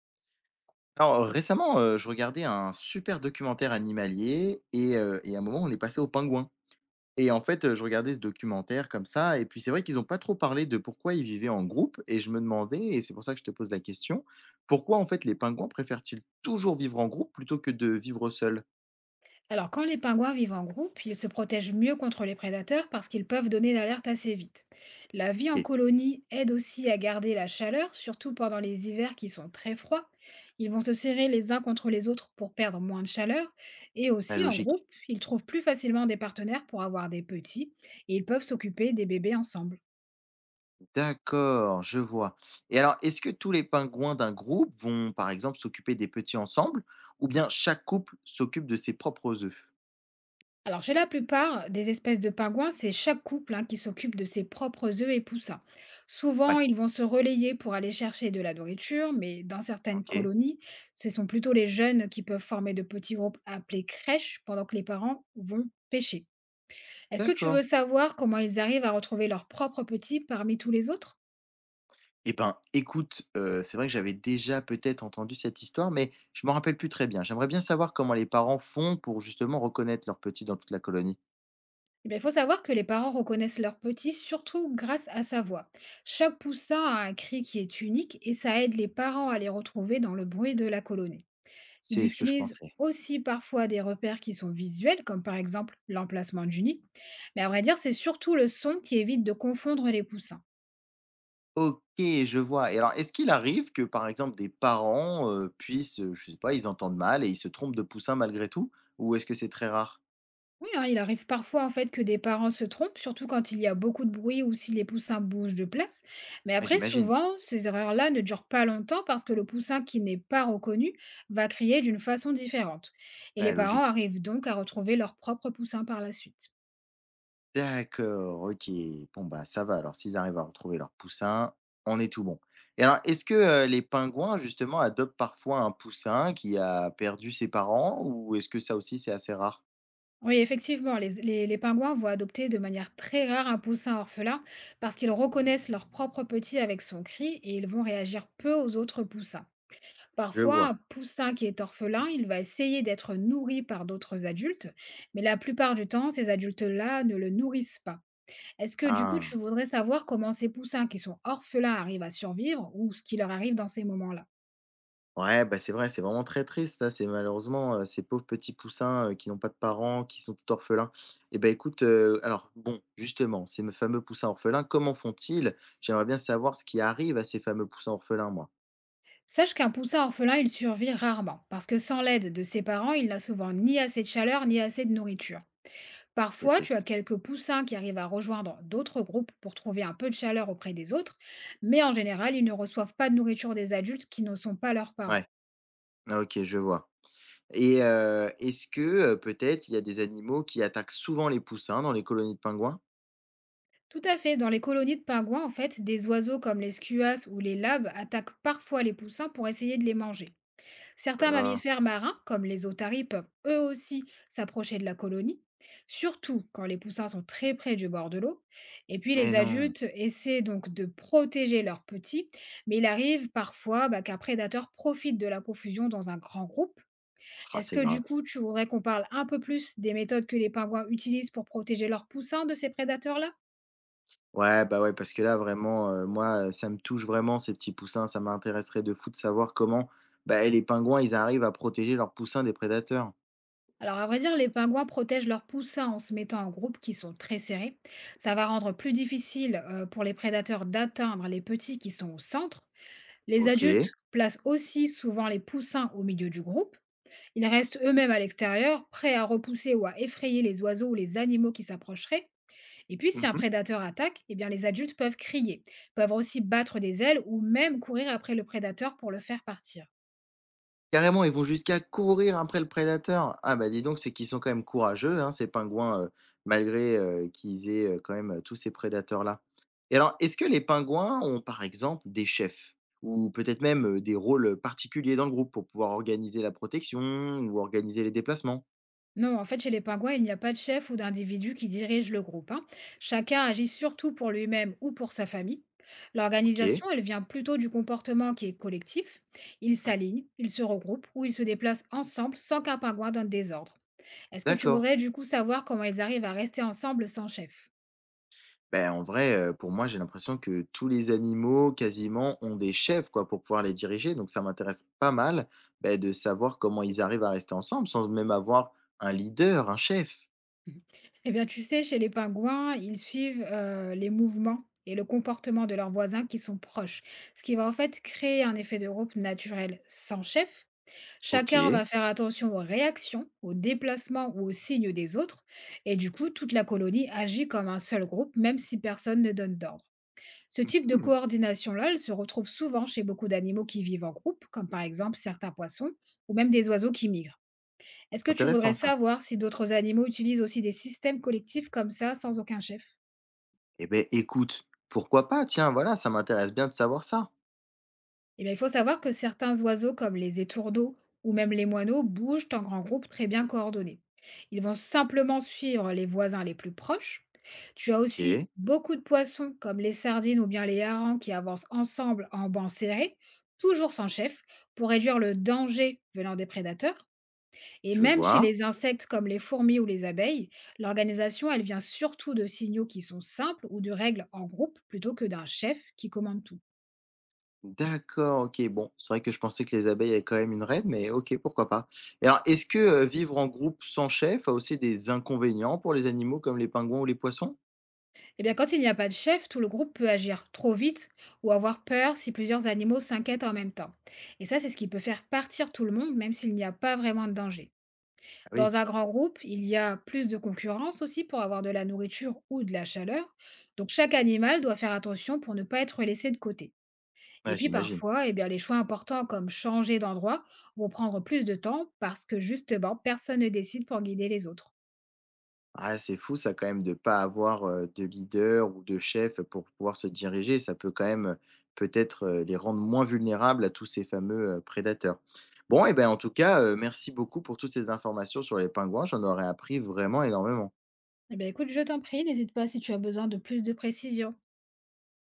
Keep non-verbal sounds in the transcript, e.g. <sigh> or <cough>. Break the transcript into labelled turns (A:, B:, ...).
A: Alors, récemment, je regardais un super documentaire animalier et et à un moment, on est passé aux pingouins et en fait, je regardais ce documentaire comme ça et puis c'est vrai qu'ils n'ont pas trop parlé de pourquoi ils vivaient en groupe et je me demandais et c'est pour ça que je te pose la question, pourquoi, en fait, les pingouins préfèrent-ils toujours vivre en groupe plutôt que de vivre seuls?
B: Alors, quand les pingouins vivent en groupe, ils se protègent mieux contre les prédateurs parce qu'ils peuvent donner l'alerte assez vite. La vie en
A: OK,
B: colonie aide aussi à garder la chaleur, surtout pendant les hivers qui sont très froids. Ils vont se serrer les uns contre les autres pour perdre moins de chaleur. Et
A: la
B: aussi, en
A: logique.
B: groupe, ils trouvent plus facilement des partenaires pour avoir des petits et ils peuvent s'occuper des bébés ensemble.
A: D'accord, je vois et alors est-ce que tous les pingouins d'un groupe vont, par exemple, s'occuper des petits ensemble ou bien chaque couple s'occupe de ses propres œufs?
B: Alors, chez la plupart des espèces de pingouins, c'est chaque couple hein, qui s'occupe de ses propres œufs et poussins. Souvent,
A: Ouais,
B: ils vont se relayer pour aller chercher de la nourriture, mais dans certaines
A: OK.
B: colonies, ce sont plutôt les jeunes qui peuvent former de petits groupes appelés crèches pendant que les parents vont pêcher. Est-ce que tu veux
A: D'accord.
B: savoir comment ils arrivent à retrouver leurs propres petits parmi tous les autres?
A: Eh ben, écoute, c'est vrai que j'avais déjà peut-être entendu cette histoire, mais je m'en rappelle plus très bien. J'aimerais bien savoir comment les parents font pour justement reconnaître leurs petits dans toute la colonie.
B: Eh bien, il faut savoir que les parents reconnaissent leurs petits surtout grâce à sa voix. Chaque poussin a un cri qui est unique et ça aide les parents à les retrouver dans le bruit de la colonie. Il
A: C'est ce que je
B: utilise
A: pensais.
B: aussi parfois des repères qui sont visuels, comme par exemple l'emplacement du nid. Mais à vrai dire, c'est surtout le son qui évite de confondre les poussins.
A: OK, je vois et alors est-ce qu'il arrive que, par exemple, des parents, puissent, je sais pas, ils entendent mal et ils se trompent de poussin malgré tout? Ou est-ce que c'est très rare?
B: Oui, hein, il arrive parfois en fait que des parents se trompent, surtout quand il y a beaucoup de bruit ou si les poussins bougent de place. Mais
A: Ouais,
B: après,
A: j'imagine.
B: souvent, ces erreurs-là ne durent pas longtemps parce que le poussin qui n'est pas reconnu va crier d'une façon différente. Et
A: Ouais,
B: les parents
A: logique.
B: arrivent donc à retrouver leur propre poussin par la suite.
A: D'accord, OK. Bon, bah, ça va alors s'ils arrivent à retrouver leur poussin, on est tout bon et alors est-ce que, les pingouins justement adoptent parfois un poussin qui a perdu ses parents ou est-ce que ça aussi c'est assez rare?
B: Oui, effectivement, les pingouins vont adopter de manière très rare un poussin orphelin parce qu'ils reconnaissent leur propre petit avec son cri et ils vont réagir peu aux autres poussins.
A: Je
B: Parfois, un
A: vois.
B: poussin qui est orphelin, il va essayer d'être nourri par d'autres adultes, mais la plupart du temps, ces adultes-là ne le nourrissent pas. Est-ce que du coup, tu
A: Ah,
B: voudrais savoir comment ces poussins qui sont orphelins arrivent à survivre ou ce qui leur arrive dans ces moments-là?
A: ouais, bah, c'est vrai, c'est vraiment très triste là. C'est malheureusement, ces pauvres petits poussins, qui n'ont pas de parents, qui sont tout orphelins et ben écoute, alors bon, justement, ces fameux poussins orphelins, comment font-ils? J'aimerais bien savoir ce qui arrive à ces fameux poussins orphelins moi.
B: Sache qu'un poussin orphelin, il survit rarement, parce que sans l'aide de ses parents, il n'a souvent ni assez de chaleur ni assez de nourriture.
A: C'est
B: Parfois, tu as
A: triste.
B: quelques poussins qui arrivent à rejoindre d'autres groupes pour trouver un peu de chaleur auprès des autres, mais en général, ils ne reçoivent pas de nourriture des adultes qui ne sont pas leurs parents.
A: Ouais, ah, OK, je vois. Et est-ce que, peut-être il y a des animaux qui attaquent souvent les poussins dans les colonies de pingouins?
B: Tout à fait, dans les colonies de pingouins, en fait, des oiseaux comme les skuas ou les labs attaquent parfois les poussins pour essayer de les manger. Certains
A: Oh
B: mammifères marins, comme les otaries, peuvent eux aussi s'approcher de la colonie, surtout quand les poussins sont très près du bord de l'eau. Et puis
A: mais
B: les
A: non!
B: adultes essaient donc de protéger leurs petits, mais il arrive parfois bah, qu'un prédateur profite de la confusion dans un grand groupe.
A: Ah,
B: Est-ce
A: c'est
B: que du
A: grave.
B: coup tu voudrais qu'on parle un peu plus des méthodes que les pingouins utilisent pour protéger leurs poussins de ces prédateurs-là?
A: Ouais, bah, ouais, parce que là vraiment, moi, ça me touche vraiment ces petits poussins. Ça m'intéresserait de fou de savoir comment, bah, les pingouins, ils arrivent à protéger leurs poussins des prédateurs.
B: Alors, à vrai dire, les pingouins protègent leurs poussins en se mettant en groupes qui sont très serrés. Ça va rendre plus difficile pour les prédateurs d'atteindre les petits qui sont au centre. Les adultes
A: OK.
B: placent aussi souvent les poussins au milieu du groupe. Ils restent eux-mêmes à l'extérieur, prêts à repousser ou à effrayer les oiseaux ou les animaux qui s'approcheraient. Et puis, si un
A: Mmh.
B: prédateur attaque, eh bien, les adultes peuvent crier, peuvent aussi battre des ailes ou même courir après le prédateur pour le faire partir.
A: Carrément, ils vont jusqu'à courir après le prédateur. Ah bah, dis donc, c'est qu'ils sont quand même courageux, hein, ces pingouins, malgré, qu'ils aient, quand même, tous ces prédateurs-là. Et alors, est-ce que les pingouins ont, par exemple, des chefs? Ou peut-être même, des rôles, particuliers dans le groupe pour pouvoir organiser la protection ou organiser les déplacements?
B: Non, en fait, chez les pingouins, il n'y a pas de chef ou d'individu qui dirige le groupe, hein. Chacun agit surtout pour lui-même ou pour sa famille.
A: OK,
B: L'organisation, elle vient plutôt du comportement qui est collectif. Ils s'alignent, ils se regroupent ou ils se déplacent ensemble sans qu'un pingouin donne des ordres. Est-ce que tu
A: d'accord.
B: voudrais du coup savoir comment ils arrivent à rester ensemble sans chef?
A: Ben en vrai, pour moi, j'ai l'impression que tous les animaux quasiment ont des chefs, quoi, pour pouvoir les diriger, donc ça m'intéresse pas mal, beh, de savoir comment ils arrivent à rester ensemble sans même avoir un leader, un chef.
B: <laughs> Eh bien, tu sais, chez les pingouins, ils suivent les mouvements et le comportement de leurs voisins qui sont proches, ce qui va en fait créer un effet de groupe naturel sans chef. Chacun
A: OK.
B: va faire attention aux réactions, aux déplacements ou aux signes des autres, et du coup, toute la colonie agit comme un seul groupe, même si personne ne donne d'ordre. Ce type de
A: Mmh,
B: coordination-là, elle se retrouve souvent chez beaucoup d'animaux qui vivent en groupe, comme par exemple certains poissons, ou même des oiseaux qui migrent. Est-ce que tu
A: intéressant
B: voudrais
A: ça.
B: savoir si d'autres animaux utilisent aussi des systèmes collectifs comme ça, sans aucun chef?
A: Et ben écoute, pourquoi pas? Tiens, voilà, ça m'intéresse bien de savoir ça.
B: Eh bien, il faut savoir que certains oiseaux, comme les étourdeaux ou même les moineaux, bougent en grands groupes très bien coordonnés. Ils vont simplement suivre les voisins les plus proches. Tu as aussi
A: OK,
B: beaucoup de poissons, comme les sardines ou bien les harengs, qui avancent ensemble en banc serré, toujours sans chef, pour réduire le danger venant des prédateurs. Et
A: je
B: même chez
A: vois.
B: les insectes comme les fourmis ou les abeilles, l'organisation, elle vient surtout de signaux qui sont simples ou de règles en groupe plutôt que d'un chef qui commande tout.
A: D'accord, OK, bon, c'est vrai que je pensais que les abeilles avaient quand même une reine, mais OK, pourquoi pas? Et alors, est-ce que, vivre en groupe sans chef a aussi des inconvénients pour les animaux comme les pingouins ou les poissons?
B: Eh bien, quand il n'y a pas de chef, tout le groupe peut agir trop vite ou avoir peur si plusieurs animaux s'inquiètent en même temps. Et ça, c'est ce qui peut faire partir tout le monde, même s'il n'y a pas vraiment de danger.
A: Ah oui.
B: Dans un grand groupe, il y a plus de concurrence aussi pour avoir de la nourriture ou de la chaleur. Donc, chaque animal doit faire attention pour ne pas être laissé de côté. Et
A: Ouais,
B: puis
A: j'imagine.
B: parfois, eh bien, les choix importants comme changer d'endroit vont prendre plus de temps parce que justement, personne ne décide pour guider les autres.
A: Ah, c'est fou ça quand même de pas avoir, de leader ou de chef pour pouvoir se diriger. Ça peut quand même, peut-être, les rendre moins vulnérables à tous ces fameux, prédateurs. Bon et ben, en tout cas, merci beaucoup pour toutes ces informations sur les pingouins. J'en aurais appris vraiment énormément.
B: Eh bien écoute, je t'en prie, n'hésite pas si tu as besoin de plus de précision.